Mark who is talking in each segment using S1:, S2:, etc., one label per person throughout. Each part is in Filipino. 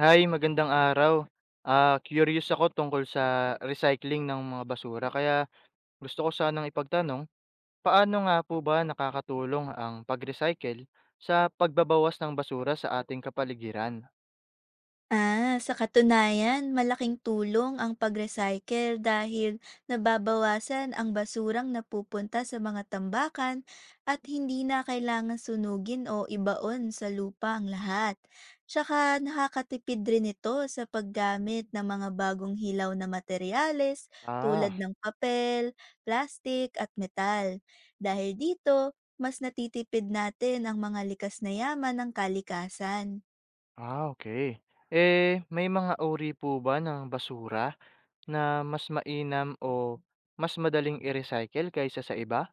S1: Hi, magandang araw. Curious ako tungkol sa recycling ng mga basura kaya gusto ko sanang ipagtanong, paano nga po ba nakakatulong ang pag-recycle sa pagbabawas ng basura sa ating kapaligiran?
S2: Ah, sa katunayan, malaking tulong ang pag-recycle dahil nababawasan ang basurang napupunta sa mga tambakan at hindi na kailangan sunugin o ibaon sa lupa ang lahat. Tsaka nakakatipid rin ito sa paggamit ng mga bagong hilaw na materyales tulad
S1: Ah,
S2: ng papel, plastic at metal. Dahil dito, mas natitipid natin ang mga likas na yaman ng kalikasan.
S1: okay. Eh, may mga uri po ba ng basura na mas mainam o mas madaling i-recycle kaysa sa iba?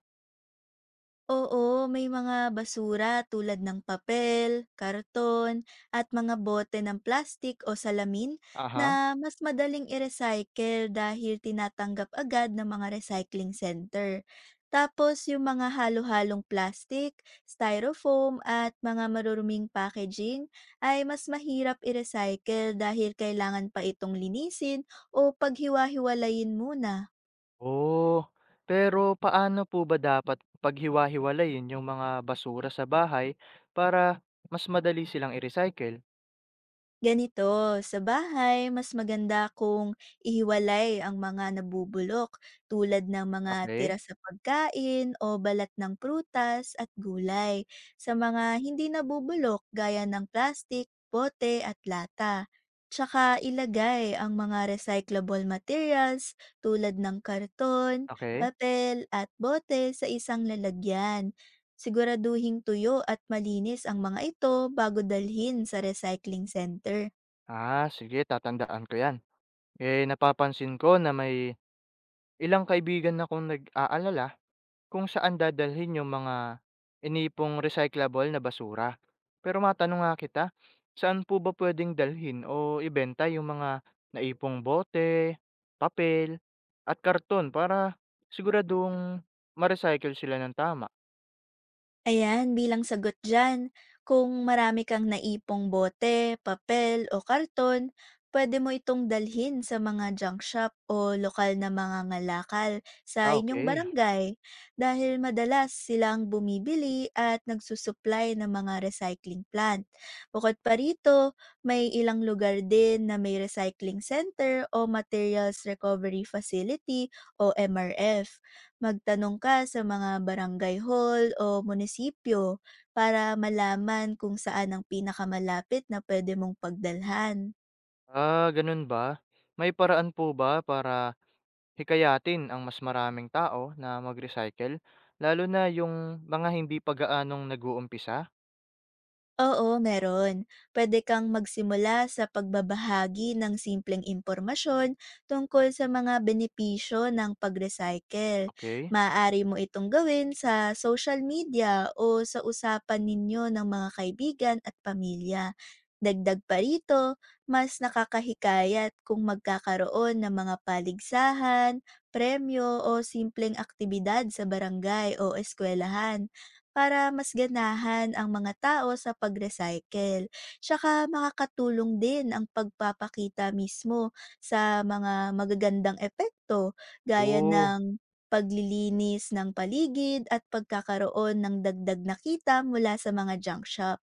S2: Oo, may mga basura tulad ng papel, karton, at mga bote ng plastik o salamin na
S1: Aha.
S2: mas madaling i-recycle dahil tinatanggap agad ng mga recycling center. Tapos yung mga halo-halong plastik, styrofoam at mga maruruming packaging ay mas mahirap i-recycle dahil kailangan pa itong linisin o paghiwa-hiwalayin muna.
S1: Oh, pero paano po ba dapat paghiwa-hiwalayin yung mga basura sa bahay para mas madali silang i-recycle?
S2: Ganito, sa bahay, mas maganda kung ihiwalay ang mga nabubulok tulad ng mga tira
S1: Okay,
S2: sa pagkain o balat ng prutas at gulay sa mga hindi nabubulok gaya ng plastik, bote at lata. Tsaka ilagay ang mga recyclable materials tulad ng karton,
S1: okay?
S2: papel at bote sa isang lalagyan. Siguraduhing tuyo at malinis ang mga ito bago dalhin sa recycling center.
S1: Sige, tatandaan ko 'yan. Eh, napapansin ko na may ilang kaibigan akong nag-aalala kung saan dadalhin yung mga inipong recyclable na basura. Pero matanong nga kita, saan po ba puwedeng dalhin o ibenta yung mga naipong bote, papel, at karton para siguradong ma-recycle sila ng tama?
S2: Ayan, bilang sagot dyan, kung marami kang naipong bote, papel o karton, pwede mo itong dalhin sa mga junk shop o lokal na mga ngalakal sa inyong
S1: Okey.
S2: barangay dahil madalas silang bumibili at nagsusupply ng mga recycling plant. Bukod pa rito, may ilang lugar din na may recycling center o materials recovery facility o MRF. Magtanong ka sa mga barangay hall o munisipyo para malaman kung saan ang pinakamalapit na pwede mong pagdalhan.
S1: Ganun ba? May paraan po ba para hikayatin ang mas maraming tao na mag-recycle, lalo na yung mga hindi pa gaanong nag-uumpisa?
S2: Oo, meron. Pwede kang magsimula sa pagbabahagi ng simpleng impormasyon tungkol sa mga benepisyo ng pag-recycle.
S1: Okay.
S2: Maaari mo itong gawin sa social media o sa usapan ninyo ng mga kaibigan at pamilya. Dagdag pa rito, mas nakakahikayat kung magkakaroon ng mga paligsahan, premyo o simpleng aktibidad sa barangay o eskwelahan para mas ganahan ang mga tao sa pag-recycle. Tsaka makakatulong din ang pagpapakita mismo sa mga magagandang epekto gaya
S1: Oo.
S2: ng paglilinis ng paligid at pagkakaroon ng dagdag na kita mula sa mga junk shop.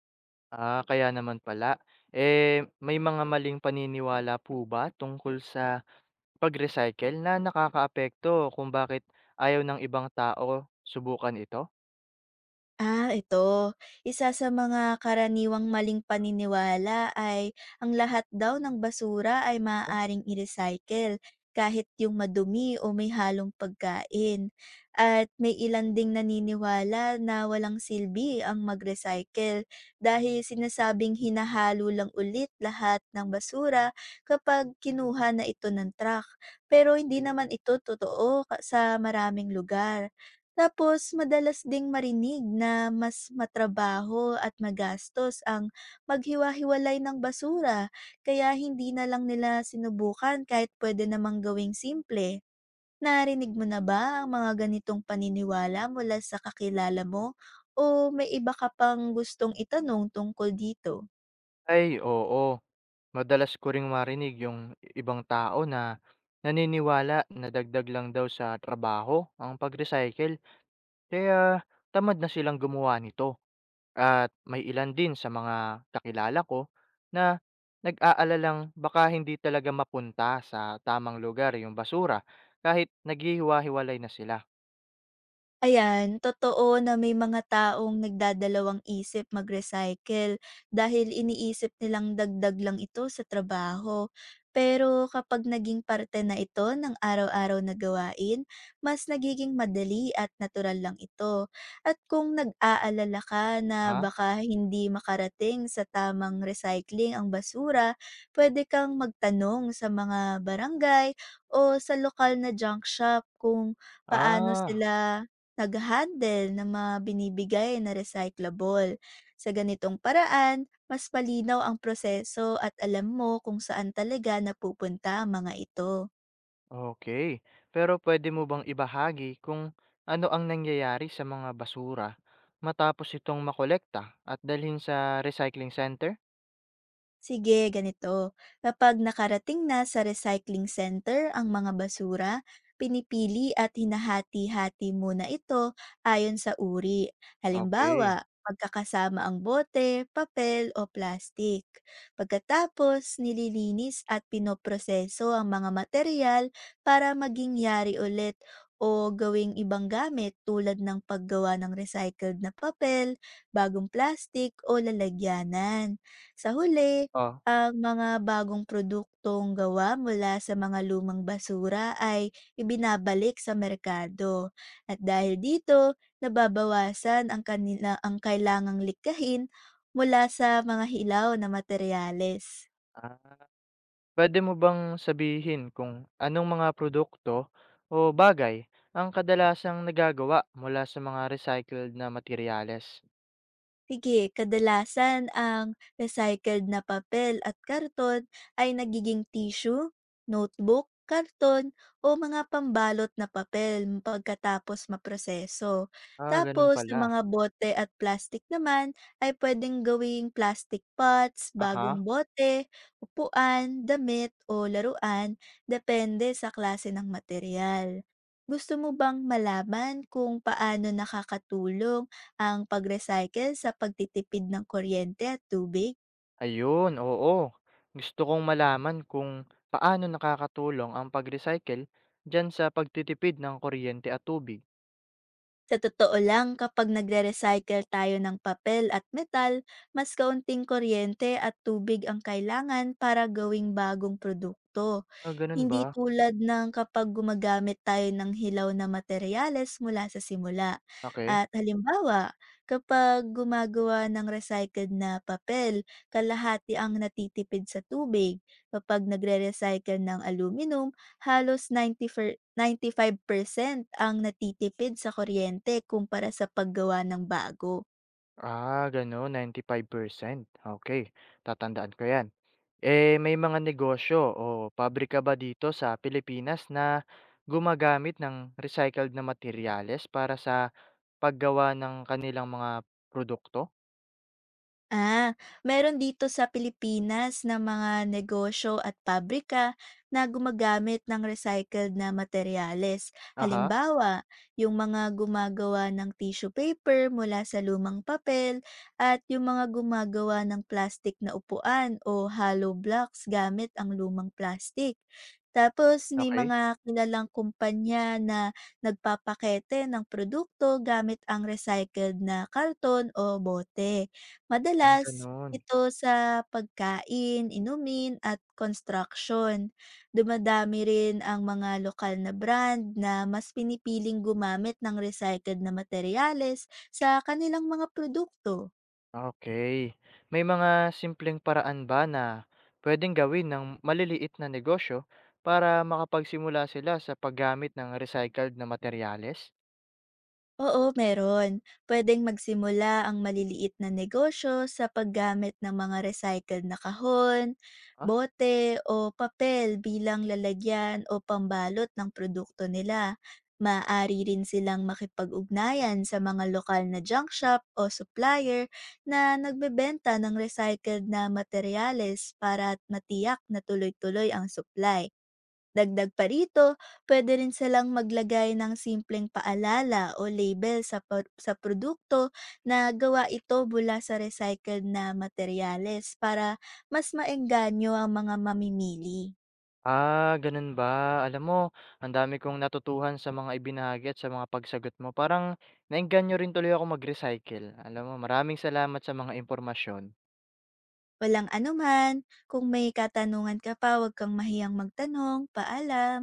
S1: Kaya naman pala. Eh, may mga maling paniniwala po ba tungkol sa pag-recycle na nakakaapekto kung bakit ayaw ng ibang tao subukan ito?
S2: Ah, ito. Isa sa mga karaniwang maling paniniwala ay ang lahat daw ng basura ay maaaring i-recycle kahit yung madumi o may halong pagkain. At may ilan ding naniniwala na walang silbi ang mag-recycle dahil sinasabing hinahalo lang ulit lahat ng basura kapag kinuha na ito ng truck. Pero hindi
S1: Okay.
S2: naman ito totoo sa maraming lugar. Tapos madalas ding marinig na mas matrabaho at magastos ang maghiwa-hiwalay ng basura kaya hindi na lang nila sinubukan kahit pwede namang gawing simple. Narinig mo na ba ang mga ganitong paniniwala mula sa kakilala mo o may iba ka pang gustong itanong tungkol dito?
S1: Ay, oo. Madalas ko ring marinig yung ibang tao na naniniwala na dagdag lang daw sa trabaho ang pag-recycle. Kaya tamad na silang gumawa nito. At may ilan din sa mga kakilala ko na nag-aalalang baka hindi talaga mapunta sa tamang lugar yung basura kahit naghihiwa-hiwalay na sila.
S2: Ayan, totoo na may mga taong nagdadalawang isip mag-recycle dahil iniisip nilang dagdag lang ito sa trabaho. Pero kapag naging parte na ito ng araw-araw na gawain, mas nagiging madali at natural lang ito. At kung nag-aalala ka na
S1: Ha?
S2: baka hindi makarating sa tamang recycling ang basura, pwede kang magtanong sa mga barangay o sa lokal na junk shop kung paano
S1: Ah,
S2: sila nagha-handle ng mga binibigay na recyclable. Sa ganitong paraan, mas malinaw ang proseso at alam mo kung saan talaga napupunta ang mga ito.
S1: okay. Pero pwede mo bang ibahagi kung ano ang nangyayari sa mga basura matapos itong makolekta at dalhin sa recycling center?
S2: Sige, ganito. Kapag nakarating na sa recycling center ang mga basura, pinipili at hinahati-hati muna ito ayon sa uri.
S1: Okay.
S2: Halimbawa, pagkakasama ang bote, papel o plastik. Pagkatapos, nililinis at pinoproseso ang mga material para maging yari ulit o gawing ibang gamit tulad ng paggawa ng recycled na papel, bagong plastik o lalagyanan. Sa huli,
S1: Oh,
S2: ang mga bagong produktong gawa mula sa mga lumang basura ay ibinabalik sa merkado at dahil dito, nababawasan ang kanila ang kailangang likhain mula sa mga hilaw na materyales.
S1: ah. Puwede mo bang sabihin kung anong mga produkto o bagay ang kadalasang nagagawa mula sa mga recycled na materyales?
S2: Sige, kadalasan ang recycled na papel at karton ay nagiging tissue, notebook, karton o mga pambalot na papel pagkatapos maproseso.
S1: Gano'n
S2: Tapos, sa
S1: pala.
S2: mga bote at plastic naman ay pwedeng gawing plastic pots, bagong
S1: Aha,
S2: bote, upuan, damit o laruan, depende sa klase ng material. Gusto mo bang malaman kung paano nakakatulong ang pag-recycle sa pagtitipid ng kuryente at tubig?
S1: ayun, oo. Gusto kong malaman kung paano nakakatulong ang pag-recycle diyan sa pagtitipid ng kuryente at tubig.
S2: Sa totoo lang, kapag nagre-recycle tayo ng papel at metal, mas kaunting kuryente at tubig ang kailangan para gawing bagong produkto.
S1: Gano'n ba?
S2: Hindi tulad ng kapag gumagamit tayo ng hilaw na materyales mula sa simula.
S1: Okay.
S2: At halimbawa, kapag gumagawa ng recycled na papel, kalahati ang natitipid sa tubig. Kapag nagre-recycle ng aluminum, halos 95% ang natitipid sa kuryente kumpara sa paggawa ng bago.
S1: Gano'n, 95%. Okay. Tatandaan ko 'yan. Eh, may mga negosyo o pabrika ba dito sa Pilipinas na gumagamit ng recycled na materyales para sa paggawa ng kanilang mga produkto?
S2: Ah, meron dito sa Pilipinas na mga negosyo at pabrika na gumagamit ng recycled na materyales.
S1: Aha,
S2: Halimbawa, yung mga gumagawa ng tissue paper mula sa lumang papel at yung mga gumagawa ng plastic na upuan o hollow blocks gamit ang lumang plastic. Tapos may
S1: okay.
S2: mga kilalang kumpanya na nagpapakete ng produkto gamit ang recycled na karton o bote. Madalas
S1: Gano'n.
S2: ito sa pagkain, inumin at construction. Dumadami rin ang mga lokal na brand na mas pinipiling gumamit ng recycled na materyales sa kanilang mga produkto.
S1: Okay. May mga simpleng paraan ba na puwedeng gawin ng maliliit na negosyo para makapagsimula sila sa paggamit ng recycled na materyales?
S2: Oo, meron. Pwedeng magsimula ang maliliit na negosyo sa paggamit ng mga recycled na kahon, bote o papel bilang lalagyan o pambalot ng produkto nila. Maaari rin silang makipag-ugnayan sa mga lokal na junk shop o supplier na nagbebenta ng recycled na materyales para at matiyak na tuloy-tuloy ang supply. Dagdag pa rito, pwede rin silang maglagay ng simpleng paalala o label sa produkto na gawa ito mula sa recycled na materyales para mas maengganyo ang mga mamimili.
S1: Ganun ba? Alam mo, ang dami kong natutuhan sa mga ibinahagi at sa mga pagsagot mo. Parang naengganyo rin tuloy ako mag-recycle. Alam mo, maraming salamat sa mga impormasyon.
S2: Walang anuman, kung may katanungan ka pa, huwag kang mahiyang magtanong. Paalam!